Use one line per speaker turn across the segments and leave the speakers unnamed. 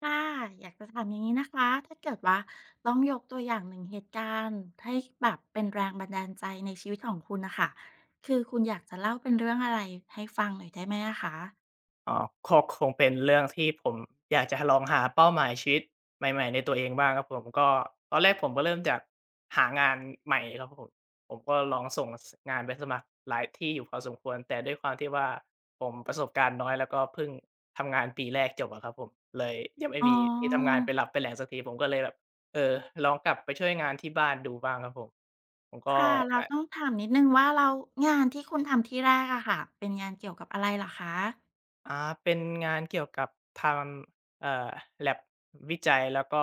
ค่ะอยากจะถามอย่างนี้นะคะถ้าเกิดว่าต้องยกตัวอย่างหนึ่งเหตุการณ์ให้แบบเป็นแรงบันดาลใจในชีวิตของคุณนะคะคือคุณอยากจะเล่าเป็นเรื่องอะไรให้ฟังหน่อยได้ไหมอะคะ
อ๋อคงเป็นเรื่องที่ผมอยากจะลองหาเป้าหมายชีวิตใหม่ๆในตัวเองบ้างครับผมก็ตอนแรกผมก็เริ่มจากหางานใหม่ครับผมผมก็ลองส่งสงานไปสมัครหลายที่อยู่พอสมควรแต่ด้วยความที่ว่าผมประสบการณ์น้อยแล้วก็เพิ่งทำงานปีแรกจบอะครับผมเลยยังไม่
อ๋
มีที่ทำงา
อ
นเป็นหลักเป็นแหล่งสักทีผมก็เลยแบบเออลองกลับไปช่วยงานที่บ้านดูบ้างครับผมผมก็
ค่ะเราต้อง
ง
ถามนิดนึงว่าเรางานที่คุณทำที่แรกอะค่ะเป็นงานเกี่ยวกับอะไรเหรอคะ
อ่าเป็นงานเกี่ยวกับทำแลบวิจัย แล้วก็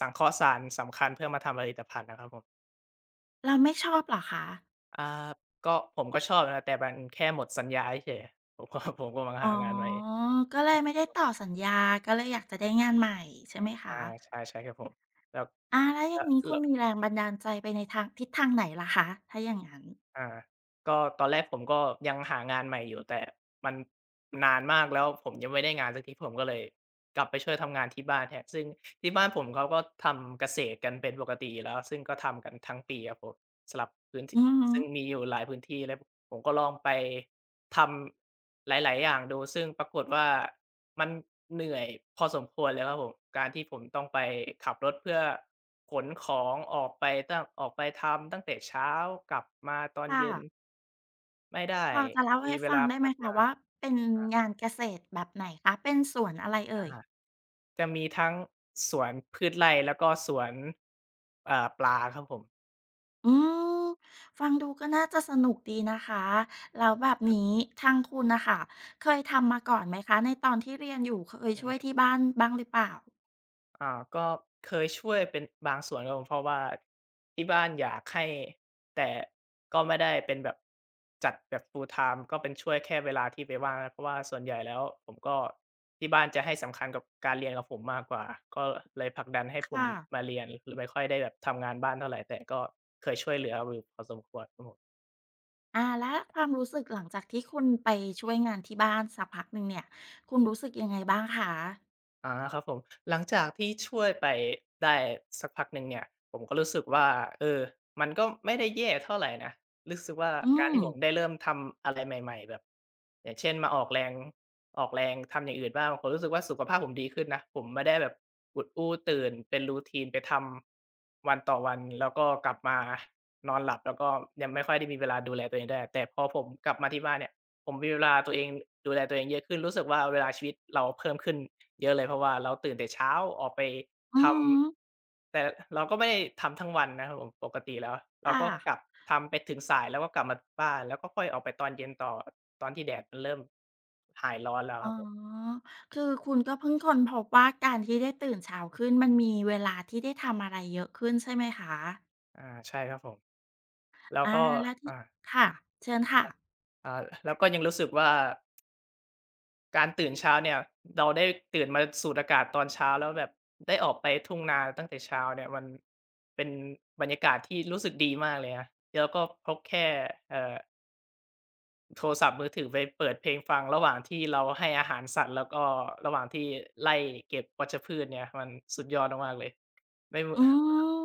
สังเคราะห์สารสำคัญเพื่อมาทำผลิตภัณฑ์นะครับผม
เราไม่ชอบเหรอคะ
อ่าก็ผมก็ชอบนะ แต่มันแค่หมดสัญญาเฉยๆผมก็ ผมกำลัง
อ๋อ
หางานใหม่
ก็เลยไม่ได้ต่อสัญญาก็เลยอยากจะได้งานใหม่ใช่ไหม
อา
คะ
ใช่ใช่ครับผมแล้ว
อาแล้วอ
แล้
ย่า
ว
งนี้คุ
แล้
ณ
ว
มีแรงบันดาลใจไปในทางทิศทางไหนล่ะคะถ้าอย่างนั้น
อาก็ตอนแรกผมก็ยังหางานใหม่อยู่แต่มันนานมากแล้วผมยังไม่ได้งานสักทีผมก็เลยกลับไปช่วยทำงานที่บ้านแทนซึ่งที่บ้านผมเขาก็ทำเกษตรกันเป็นปกติอยู่แล้วซึ่งก็ทำกันทั้งปีครับผมสลับพื้น
อื
ที่
อฮึ
ซึ่งมีอยู่หลายพื้นที่แล้วผมก็ลองไปทำหลายๆอย่างดูซึ่งปรากฏว่า มันเหนื่อยพอสมควรเลยครับผม การที่ผมต้องไปขับรถเพื่อขนของออกไปตั้งออกไปทำตั้งแต่เช้ากลับมาตอน
ค่ะ
เย็นไม่ได้
พอจะเล่า
มี
ให้
เว
ฟัง
ลา
ได้ไหม
พัก
คะ
มาก
ว่าเป็น
อา
งานเกษตรแบบไหนคะเป็นสวนอะไร
อา
เอ่ย
จะมีทั้งสวนพืชไร่แล้วก็สวนปลาครับผม
อืมฟังดูก็น่าจะสนุกดีนะคะแล้วแบบนี้ทางคุณน่ะค่ะเคยทำมาก่อนไหมคะในตอนที่เรียนอยู่เคย
อื
ช่วย
ม
ที่บ้านบ้างหรือเปล่า
อ่าก็เคยช่วยเป็นบางส่วนครับผมเพราะว่าที่บ้านอยากให้แต่ก็ไม่ได้เป็นแบบจัดแบบ full time ก็เป็นช่วยแค่เวลาที่ไปว่างนะเพราะว่าส่วนใหญ่แล้วผมก็ที่บ้านจะให้สำคัญกับการเรียนกับผมมากกว่าก็เลยผลักดันให้ผม
ค่ะ
มาเรียนไม่ค่อยได้แบบทำงานบ้านเท่าไรแต่ก็เคยช่วยเหลืออยู่พอสมควรครับผม
อ่าแล้วความรู้สึกหลังจากที่คุณไปช่วยงานที่บ้านสักพักหนึ่งเนี่ยคุณรู้สึกยังไงบ้างคะ
ครับผมหลังจากที่ช่วยไปได้สักพักหนึ่งเนี่ยผมก็รู้สึกว่าเออมันก็ไม่ได้แย่เท่าไหรนะรู้สึกว่า
อื
การ
ม
ที่ผมได้เริ่มทำอะไรใหม่ๆแบบอย่างเช่นมาออกแรงออกแรงทำอย่างอื่นบ้างผมรู้สึกว่าสุขภาพผมดีขึ้นนะผมไม่ได้แบบอุดอู้ตื่นเป็นรูทีนไปทำวันต่อวันแล้วก็กลับมานอนหลับแล้วก็ยังไม่ค่อยได้มีเวลาดูแลตัวเองได้แต่พอผมกลับมาที่บ้านเนี่ย ผมมีเวลาตัวเองดูแลตัวเองเยอะขึ้นรู้สึกว่าเวลาชีวิตเราเพิ่มขึ้นเยอะเลยเพราะว่าเราตื่นแต่เช้าออกไป
อือ
ท
ฮึ
ำแต่เราก็ไม่ได้ทำทั้งวันนะครับผมปกติแล้วเรา
ค่ะ
ก็กลับทำไปถึงสายแล้วก็กลับมาบ้านแล้วก็ค่อยออกไปตอนเย็นต่อตอนที่แดดมันเริ่มหายร้อนแล้ว
อ๋
ค
อ
รับผม
คือคุณก็เพิ่งค้นพบว่าการที่ได้ตื่นเช้าขึ้นมันมีเวลาที่ได้ทำอะไรเยอะขึ้นใช่ไหมคะ
อาใช่ครับผมแล้ว
อา
ก็
แล้วที่
อ่า
ค่ะ เชิญค่ะ
อ่าแล้วก็ยังรู้สึกว่า การตื่นเช้าเนี่ยเราได้ตื่นมาสูดอากาศตอนเช้าแล้วแบบได้ออกไปทุ่งนาตั้งแต่เช้าเนี่ยมันเป็นบรรยากาศที่รู้สึกดีมากเลยนะแล้วก็พกแค่เอ่อโทรศัพท์มือถือไปเปิดเพลงฟังระหว่างที่เราให้อาหารสัตว์แล้วก็ระหว่างที่ไล่เก็บวัชพืชเนี่ยมันสุดยอดมากๆเลยไม่
อื
ว
ม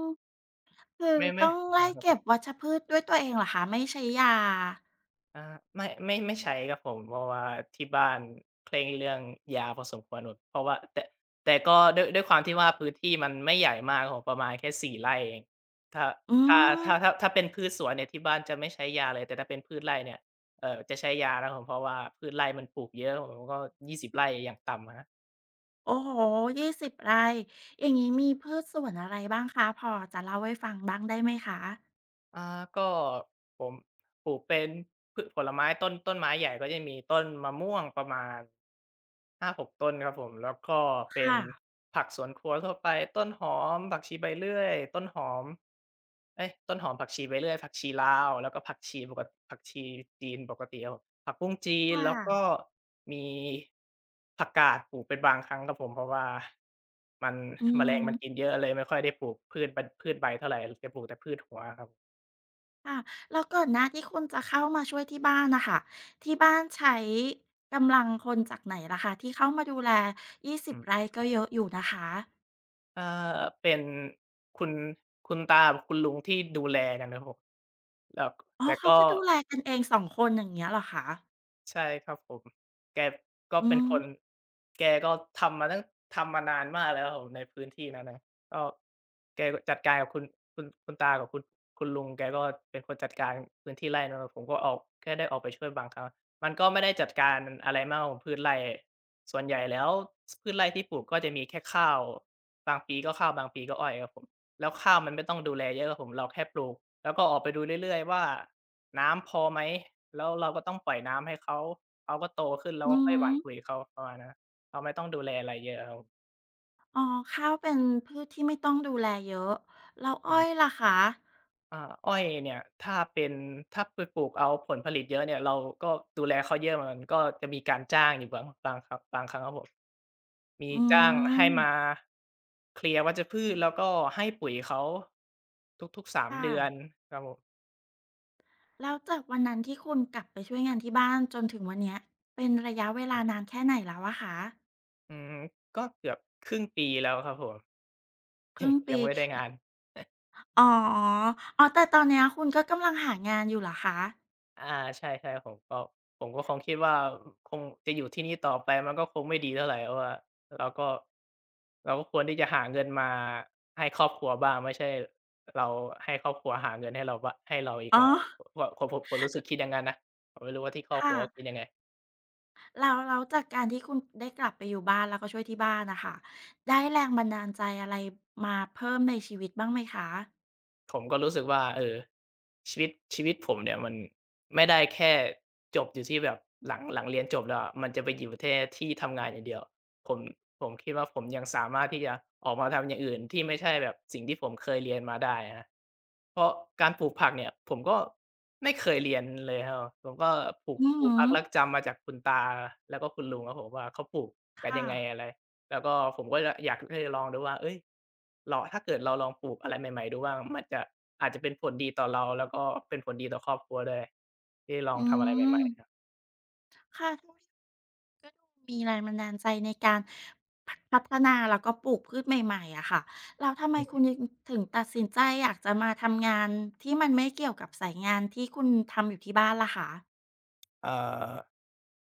คือ
ไม่ไม่
ต้องไล่
ค
เก็
รับ
บวัชพืชด้วยตัวเองเหรอคะ ไม่ใช้ยา
ไม่ไม่ไม่ใช้ครับผมเพราะว่าที่บ้านเคร่งเรื่องยาพอสมควรเพราะว่าแต่ก็ด้วยความที่ว่าพื้นที่มันไม่ใหญ่มากครับผมประมาณแค่4ไร่เองถ้า
อื
ถ้า
ม
ถ้าเป็นพืชสวนเนี่ยที่บ้านจะไม่ใช้ยาเลยแต่ถ้าเป็นพืชไร่เนี่ยจะใช้ยานะครับผมเพราะว่าพืชไร่มันปลูกเยอะครับผมก็20ไร่อย่างต่ำอะครับ
โอ้โฮยี่สิบไร่อย่างงี้มีพืชสวนอะไรบ้างคะ พอจะเล่าให้ฟังบ้างได้ไหมคะ
อาก็ผมปลูกเป็นพืชผลไม้ต้นไม้ใหญ่ก็จะมีต้นมะม่วงประมาณ 6 ต้นครับผมแล้วก็เป็น
ค่ะ
ผักสวนครัวทั่วไปต้นหอมผักชีใบเลื่อยต้นหอมเอ๊ยต้นหอมผักชีใบเลื่อยผักชีลาวแล้วก็ผักชีจีนปกติครับผมผักบุ้งจีน
ค่ะ
แล้วก็มีผักกาดปลูกเป็นบางครั้งครับผมเพราะว่ามัน
อื
แมล
ม
งมันกินเยอะเลยไม่ค่อยได้ปลูกพืชใบเท่าไรจะปลูกแต่พืชหัวอะครับ
ค่ะแล้วก่อนหน้าที่คุณจะเข้ามาช่วยที่บ้านน่ะค่ะที่บ้านใช้กำลังคนจากไหนล่ะคะที่เข้ามาดูแลยี่สิบ
อืม
ไร่ก็เยอะอยู่นะคะ
เอ่อเป็นคุณคุณตากับคุณลุงที่ดูแลกันครับผมแล้ว
อ๋อ
แต่
เขา
ก็
ก็ดูแลกันเอง2คนอย่างเงี้ยเหรอคะ
ใช่ครับผมแกก็
อื
เป็น
ม
คนแกก็ทำมาตั้งทำมานานมากแล้วครับผมในพื้นที่นั้นน่ะก็แกก็จัดการกับคุณตากับคุณลุงแกก็เป็นคนจัดการพื้นที่ไร่เนาะผมก็ออกแค่ได้ออกไปช่วยบางครั้งมันก็ไม่ได้จัดการอะไรมากของพืชไร่ส่วนใหญ่แล้วสพืชไร่ที่ปลูกก็จะมีแค่ข้าวบางปีก็ข้าวบางปีก็อ้อยครับผมแล้วข้าวมันไม่ต้องดูแลเยอะครับผมเราแค่ปลูกแล้วก็ออกไปดูเรื่อยๆว่า น้ำพอไหมแล้วเราก็ต้องปล่อยน้ำให้เขาเขาก็โตขึ้นเรา
อื
ก็
อ
ค่
ฮึ
อยหว่านปุ๋ยเขาประมาณนั้นเราไม่ต้องดูแลอะไรเยอะครับ
อ๋อข้าวเป็นพืชที่ไม่ต้องดูแลเยอะแล้ว
อื
อ้อย
ม
ล่ะคะ
อ่าอ้อยเนี่ยถ้าเป็นถ้าไปปลูกเอาผลผลิตเยอะเนี่ยเราก็ดูแลเขาเยอะเหมือนกันก็จะมีการจ้างอยู่บางครั้งบางครั้งครับผมมี
อื
จ้าง
ม
ให้มาเคลียร์วัชพืชแล้วก็ให้ปุ๋ยเขาทุกๆสามเดือน
ค่ะ
ครับผม
แล้วจากวันนั้นที่คุณกลับไปช่วยงานที่บ้านจนถึงวันเนี้ยเป็นระยะเวลานานแค่ไหนแล้วอะคะ
อืมก็เกือบครึ่งปีแล้วครับผม
ครึ่ง
ยั
ปี
งไม่ได้งาน
อ๋ออ๋อแต่ตอนเนี้ยคุณก็กำลังหางานอยู่เหรอคะ
อาใช่ๆผมก็คงคิดว่าคงจะอยู่ที่นี่ต่อไปมันก็คงไม่ดีเท่าไรเพราะว่าเราก็ควรที่จะหาเงินมาให้ครอบครัวบ้างไม่ใช่เราให้ครอบครัวหาเงินให้เราบ้างให้เราอีก
อ๋อ
แล้วผมรู้สึกคิดอย่างงั้นนะผมไม่รู้ว่าที่ครอบค
ค่ะ
รัวเขาคิดยังไง
แล้วแล้วจากการที่คุณได้กลับไปอยู่บ้านแล้วก็ช่วยที่บ้านน่ะค่ะได้แรงบันดาลใจอะไรมาเพิ่มในชีวิตบ้างไหมคะ
ผมก็รู้สึกว่าเออชีวิตผมเนี่ยมันไม่ได้แค่จบอยู่ที่แบบหลังเรียนจบแล้วอะมันจะไปอยู่แท่ที่ทำงานอย่างเดียวผมคิดว่าผมยังสามารถที่จะออกมาทำอย่างอื่นที่ไม่ใช่แบบสิ่งที่ผมเคยเรียนมาได้ครับเพราะการปลูกผักเนี่ยผมก็ไม่เคยเรียนเลยครับผมผมก็
อือ
ปลูก
ฮึ
ผักลักจำมาจากคุณตาแล้วก็คุณลุงครับผมว่าเขาปลูกกัน
ค่ะ
ยังไงอะไร แล้วก็ผมก็จะอยากให้ลองดูว่าเอ้ยเราถ้าเกิดเราลองปลูกอะไรใหม่ๆดูบ้างมันจะอาจจะเป็นผลดีต่อเราแล้วก็เป็นผลดีต่อครอบครัวด้วยที่ลอ
อื
งทำอะไรให
ม
ม่ๆครับ
ค่ะก็ก็ดูมีแรงบันดาลใจในการพพัฒนาแล้วก็ปลูกพืชใหม่ๆอะค่ะแล้วทำไม
อื
คุณ
ม
ยถึงตัดสินใจอยากจะมาทำงานที่มันไม่เกี่ยวกับสายงานที่คุณทำอยู่ที่บ้านล่ะคะ
เอ่อ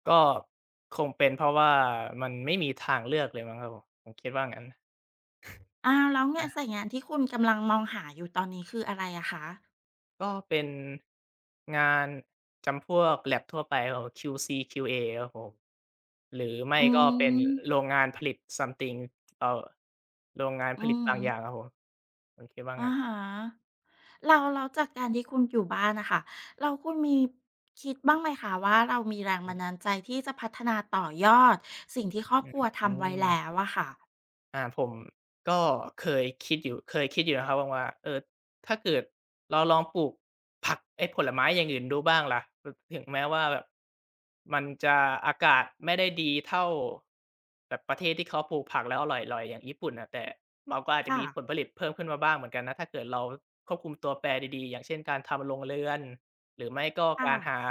ก็คงเป็นเพราะว่ามันไม่มีทางเลือกเลยมั้งครับผมผมคิดว่างั้น
อ้าวแล้วเนี่ยสา
อา
ยงานที่คุณกำลังมองหาอยู่ตอนนี้คืออะไรอะคะ
ก็เป็นงานจำพวกแล็บทั่วไปครับผม QC QA ครับผมหรือไม่
อื
ก็เป็น
ม
โรงงานผลิต something เอ่อโรงงาน
อื
ผลิตบางอย่างค
ม
รับผมผมคิดว่า
อะ
งั้น
ฮะแล้วแล้วจากการที่คุณอยู่บ้านน่ะค่ะแล้วคุณมีคิดบ้างไหมคะว่าเรามีแรงบันดาลใจที่จะพัฒนาต่อยอดสิ่งที่ครอบ
อื
ครัวทำไว้แล้
ม
วอะค่ะ
ผมก็เคยคิดอยู่เคยคิดอยู่นะครับว่าเออ ถ้าเกิดเราลองปลูกผักไอ้ผลไม้อย่างอื่นดูบ้างล่ะถึงแม้ว่าแบบมันจะอากาศไม่ได้ดีเท่าแบบประเทศที่เขาปลูกผักแล้วอร่อยๆอย่างญี่ปุ่นน่ะแต่เราก็อาจจะ
ค่ะ
มีผลผลิตเพิ่มขึ้นมาบ้างเหมือนกันนะถ้าเกิดเราควบคุมตัวแปรดีๆอย่างเช่นการทำโรงเรือนหรือไม่ก็การหา
ค่ะ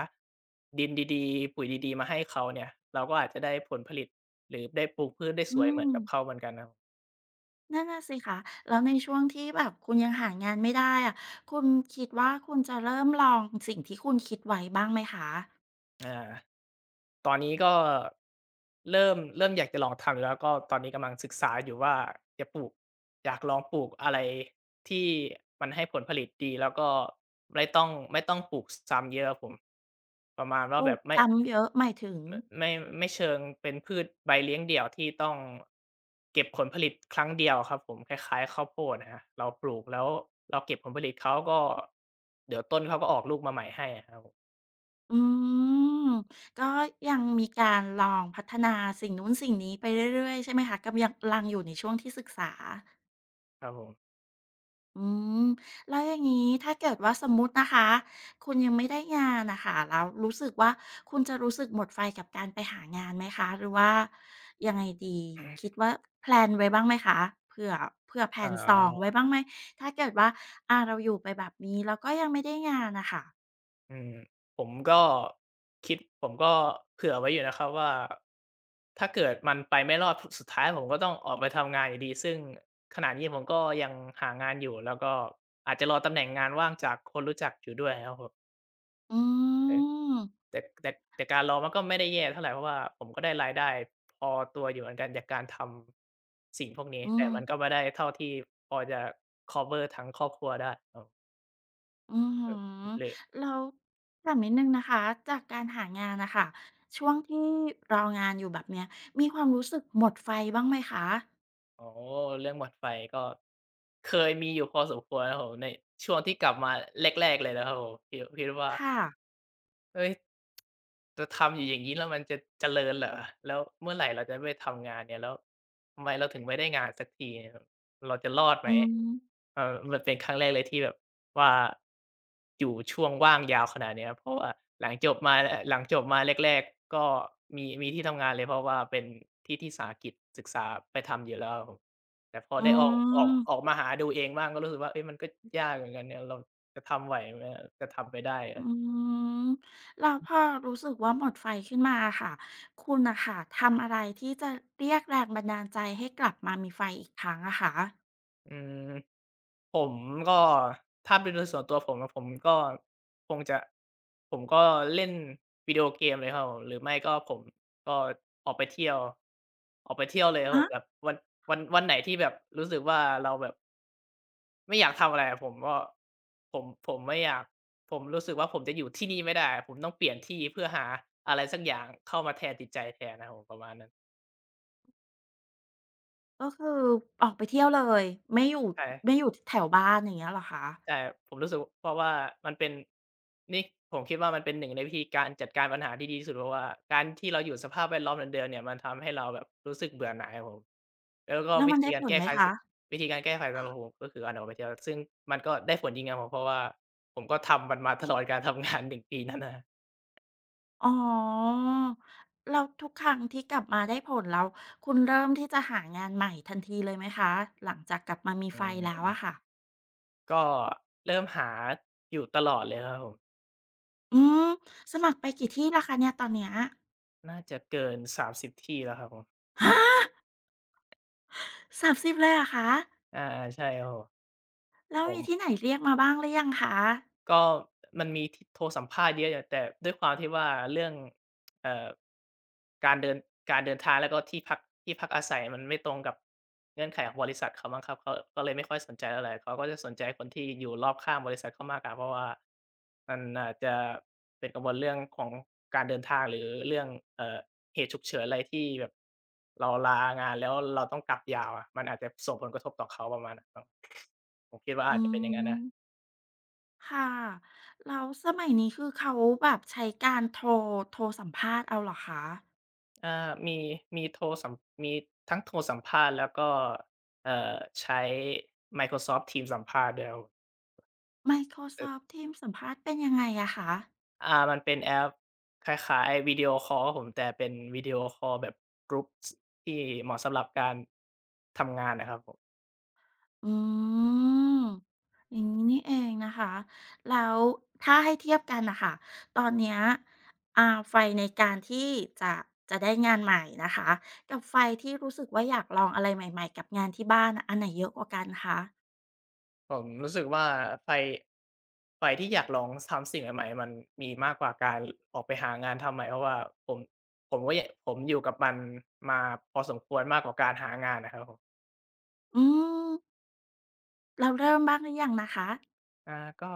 ดินดีๆปุ๋ยดีๆมาให้เขาเนี่ยเราก็อาจจะได้ผลผลิตหรือได้ปลูกพืชได้ส
อื
วยเหมือ
ม
นกับเขาเหมือนกันครับ
นั่นน่ะสิคะแล้วในช่วงที่แบบคุณยังหางานไม่ได้อะคุณคิดว่าคุณจะเริ่มลองสิ่งที่คุณคิดไว้บ้างไหมคะ
อา ตอนนี้ก็เริ่มอยากจะลองทำอยู่แล้วก็ตอนนี้กำลังศึกษาอยู่ว่าจะปลูกอยากลองปลูกอะไรที่มันให้ผลผลิตดีแล้วก็ไม่ต้องปลูกซ้ำเยอะครับผมประมาณ
ป
ว่า
ลู
แบ
ก
บไม่
ซ้ำเยอะหมายถึง
ไมไม่ไม่เชิงเป็นพืชใบเลี้ยงเดี่ยวที่ต้องเก็บผลผลิตครั้งเดียวครับผมคล้ายๆข้าวโพดนะฮะเราปลูกแล้วเราเก็บผลผลิตเขาก็เดี๋ยวต้นเขาก็ออกลูกมาใหม่ให้อะครับผม
อืม ก็ยังมีการลองพัฒนาสิ่งนู้นสิ่งนี้ไปเรื่อยๆใช่ไหมคะกำยังลังอยู่ในช่วงที่ศึกษา
ครับผม
อืมแล้วอย่างนี้ถ้าเกิดว่าสมมุตินะคะคุณยังไม่ได้งานนะคะแล้วรู้สึกว่าคุณจะรู้สึกหมดไฟกับการไปหางานไหมคะหรือว่ายังไงดีคิดว่าแพลนไว้บ้างไหมคะเผื่อเผื่อแผ
อ๋
นสอง
อ
ไว้บ้างไหมถ้าเกิดว่าอาเราอยู่ไปแบบนี้แล้วก็ยังไม่ได้งานนะคะ
อืมผมก็คิดผมก็เผื่อไว้อยู่นะครับว่าถ้าเกิดมันไปไม่รอดสุดท้ายผมก็ต้องออกไปทำงานอยู่ดีซึ่งขณะนี้ผมก็ยังหางานอยู่แล้วก็อาจจะรอตำแหน่งงานว่างจากคนรู้จักอยู่ด้วยครับผม
อืม
แต่แต่แต่แต่การรอมันก็ไม่ได้แย่เท่าไรเพราะว่าผมก็ได้รายได้พอตัวอยู่เหมือนกันจากการทำสิ่งพวกนี้
อื
แต่
ม
มันก็ไม่ได้เท่าที่พอจะคัฟเวอร์ทั้งครอบครัวได้เออ
อือฮึ
หรือ
แล้วถามนิดนึงนะคะจากการหางานนะค่ะช่วงที่รองานอยู่แบบเนี้ยมีความรู้สึกหมดไฟบ้างไหมคะ
โอ้เรื่องบัดไฟก็เคยมีอยู่พอสมควรครับผมในช่วงที่กลับมาแรกๆเลยนะครับผมคิดคิดว่า
ค่ะ
เฮ้ยจะทำอยู่อย่างงี้แล้วมันจะเจริญเหรอแล้วเมื่อไหร่เราจะได้ไปทำงานเนี่ยแล้วทำไมเราถึงไม่ได้งานสักทีเราจะรอดไห
อื
ม
ม
เออมันเป็นครั้งแรกเลยที่แบบว่าอยู่ช่วงว่างยาวขนาดเนี้ยเพราะว่าหลังจบมาแรกๆก็มีที่ทำงานเลยเพราะว่าเป็นที่ที่สาหกิจศึกษาไปทำอยู่แล้วครับผมแต่พอ
อื
ได้ออก
ม
มาหาดูเองบ้างก็รู้สึกว่าเฮ้ยมันก็ยากเหมือนกันเนี่ยเราจะทำไหวไหมจะทำไปได้เหร
อื
อ
มแล้วพอรู้สึกว่าหมดไฟขึ้นมาค่ะคุณนะค่ะทำอะไรที่จะเรียกแรงบันดาลใจให้กลับมามีไฟอีกครั้งอะคะ
อืม ผมก็ถ้าเป็นโดยส่วนตัวผมอะผมก็คงจะผมก็เล่นวิดีโอเกมเลยครับผมหรือไม่ก็ผมก็ออกไปเที่ยวออกไปเที่ยวเลยครับผ
อ่ะ
มแบบวันไหนที่แบบรู้สึกว่าเราแบบไม่อยากทำอะไรอะผมก็ผมไม่อยากผมรู้สึกว่าผมจะอยู่ที่นี่ไม่ได้ผมต้องเปลี่ยนที่เพื่อหาอะไรสักอย่างเข้ามาแทนจิตใจแทนนะครับผมประมาณนั้น
ก็คือออกไปเที่ยวเลยไม่อยู่
ใช่
ไม่อยู่แถวบ้านอย่างเงี้ยเหรอคะ
ใช่ผมรู้สึกเพราะว่ามันเป็นนี่ผมคิดว่ามันเป็นหนึ่งในวิธีการจัดการปัญหาที่ดีที่สุดเพราะว่าการที่เราอยู่สภาพแวดล้อมเดิมๆเนี่ยมันทำให้เราแบบรู้สึกเบื่อหน่ายครับผมแล้วก็
แล้วมันได้ผลไหมคะ
วิธีการแก้ไขสำหรับผมก็คือการออกไปเที่ยวซึ่งมันก็ได้ผลจริงครับผมเพราะว่าผมก็ทำมันมาตลอดการทำงานหนึ่งปีนั้นนะครับ
อ๋อแล้วทุกครั้งที่กลับมาได้ผลแล้วคุณเริ่มที่จะหางานใหม่ทันทีเลยไหมคะหลังจากกลับมามี
อื
ไฟแล้ว
ม
อะค่ะ
ก็เริ่มหาอยู่ตลอดเลยครับผม
อืมสมัครไปกี่ที่แล้วคะเนี่ยตอนเนี้ย
น่าจะเกิน30ที่แล้วครับผม
ฮะ 30เลยเหรอคะ
อาๆใช่ครับผม
แล้ว
ผ
มี
ม
ที่ไหนเรียกมาบ้างหรือยังคะ
ก็มันมีโทรสัมภาษณ์เยอะอยู่แต่ด้วยความที่ว่าเรื่องเอ่อการเดินการเดินทางแล้วก็ที่พักอาศัยมันไม่ตรงกับเงื่อนไขของบริษัทเขามั้งครับเขาก็เลยไม่ค่อยสนใจเท่าไรเขาก็จะสนใจคนที่อยู่รอบข้างบริษัทเขามากกว่าเพราะว่ามันอาจจะเป็นกังวลเรื่องของการเดินทางหรือเรื่องเอ่อเหตุฉุกเฉินอะไรที่แบบเราลางานแล้วเราต้องกลับยาวอะมันอาจจะส่งผลกระทบต่อเขาประมาณนั้นมั้งผมคิดว่า
อื
อาจจะเป็นอย่างงั้นนะ
มค่ะแล้วสมัยนี้คือเขาแบบใช้การโทรโทรสัมภาษณ์เอาเหรอคะ
อามีมีโทรสัมมีทั้งโทรสัมภาษณ์แล้วก็เอ่อใช้ Microsoft Teams สัมภาษณ์ด้วยครับมเอ่อ
Microsoft Teams สัมภาษณ์เป็นยังไงอะคะ
มันเป็นแอปคล้ายๆวิดีโอคอลรผมแต่เป็นวิดีโอคอลแบบกรุ๊ปที่เหมาะสำหรับการทำงานนะครับผม
อืมอย่างนี้นี่เองนะคะแล้วถ้าให้เทียบกันนะคะตอนเนี้ยอ่าไฟในการที่จะจะได้งานใหม่นะคะกับไฟที่รู้สึกว่าอยากลองอะไรใหม่ๆกับงานที่บ้านอะอันไหนเยอะกว่ากันคะ
ผมรู้สึกว่าไฟไฟที่อยากลองทำสิ่งใหม่ๆมันมีมากกว่าการออกไปหางานทำใหม่เพราะว่าผมผมก็อยากผมอยู่กับมันมาพอสมควรมากกว่าการหางานนะครับผม
อืมเราเริ่มบ้างหรือยังนะคะ
อาก็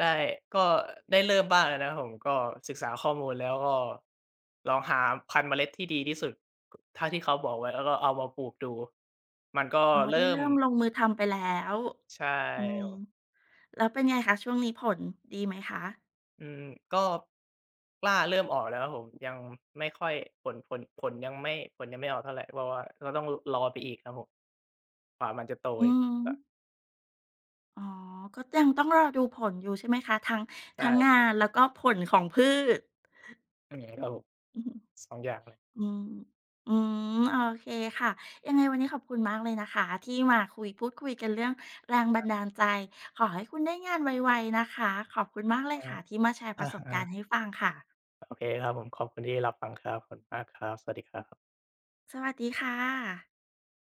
ได้ก็ได้เริ่มบ้างแล้วนะครับผมก็ศึกษาข้อมูลแล้วก็ลองหาพันธุ์เมล็ดที่ดีที่สุดกเท่าที่เขาบอกไว้แล้วก็เอามาปลูกดูมันก็
อ๋อได้
เริ่ม
เริ่มลงมือทำไปแล้ว
ใช
อืม
่
แล้วเป็นไงคะช่วงนี้ผลดีไหมคะ
อืมก็กล้าเริ่มออกแล้วครับผมยังไม่ค่อยผลยังไม่ผลยังไม่ออกเท่าไรเพราะว่าก็ต้องรรอไปอีกครับผมกว่ามันจะโต
อื
อีก
ม
ก็
อ๋อก็ยังต้องรอดูผลอยู่ใช่ไหมคะทั้งทั้งงา
ใช่
นแล้วก็ผลของพืช
อืมครับผม
อือฮึ
สองอย่างเลย
อืมอืมโอเคค่ะ ยังไงวันนี้ขอบคุณมากเลยนะคะที่มาคุยพูดคุยกันเรื่องแรงบันดาลใจขอให้คุณได้งานไวๆนะคะขอบคุณมากเล
อ
ยค่ะที่มาแชร์ประ
า
สบ
อา
การ
ๆ
ณ์ให้ฟังค่ะ
โอเคครับผมขอบคุณที่รับฟังครับขอบคุณมากครับสวัสดีครับ
สวัสดีค่ะ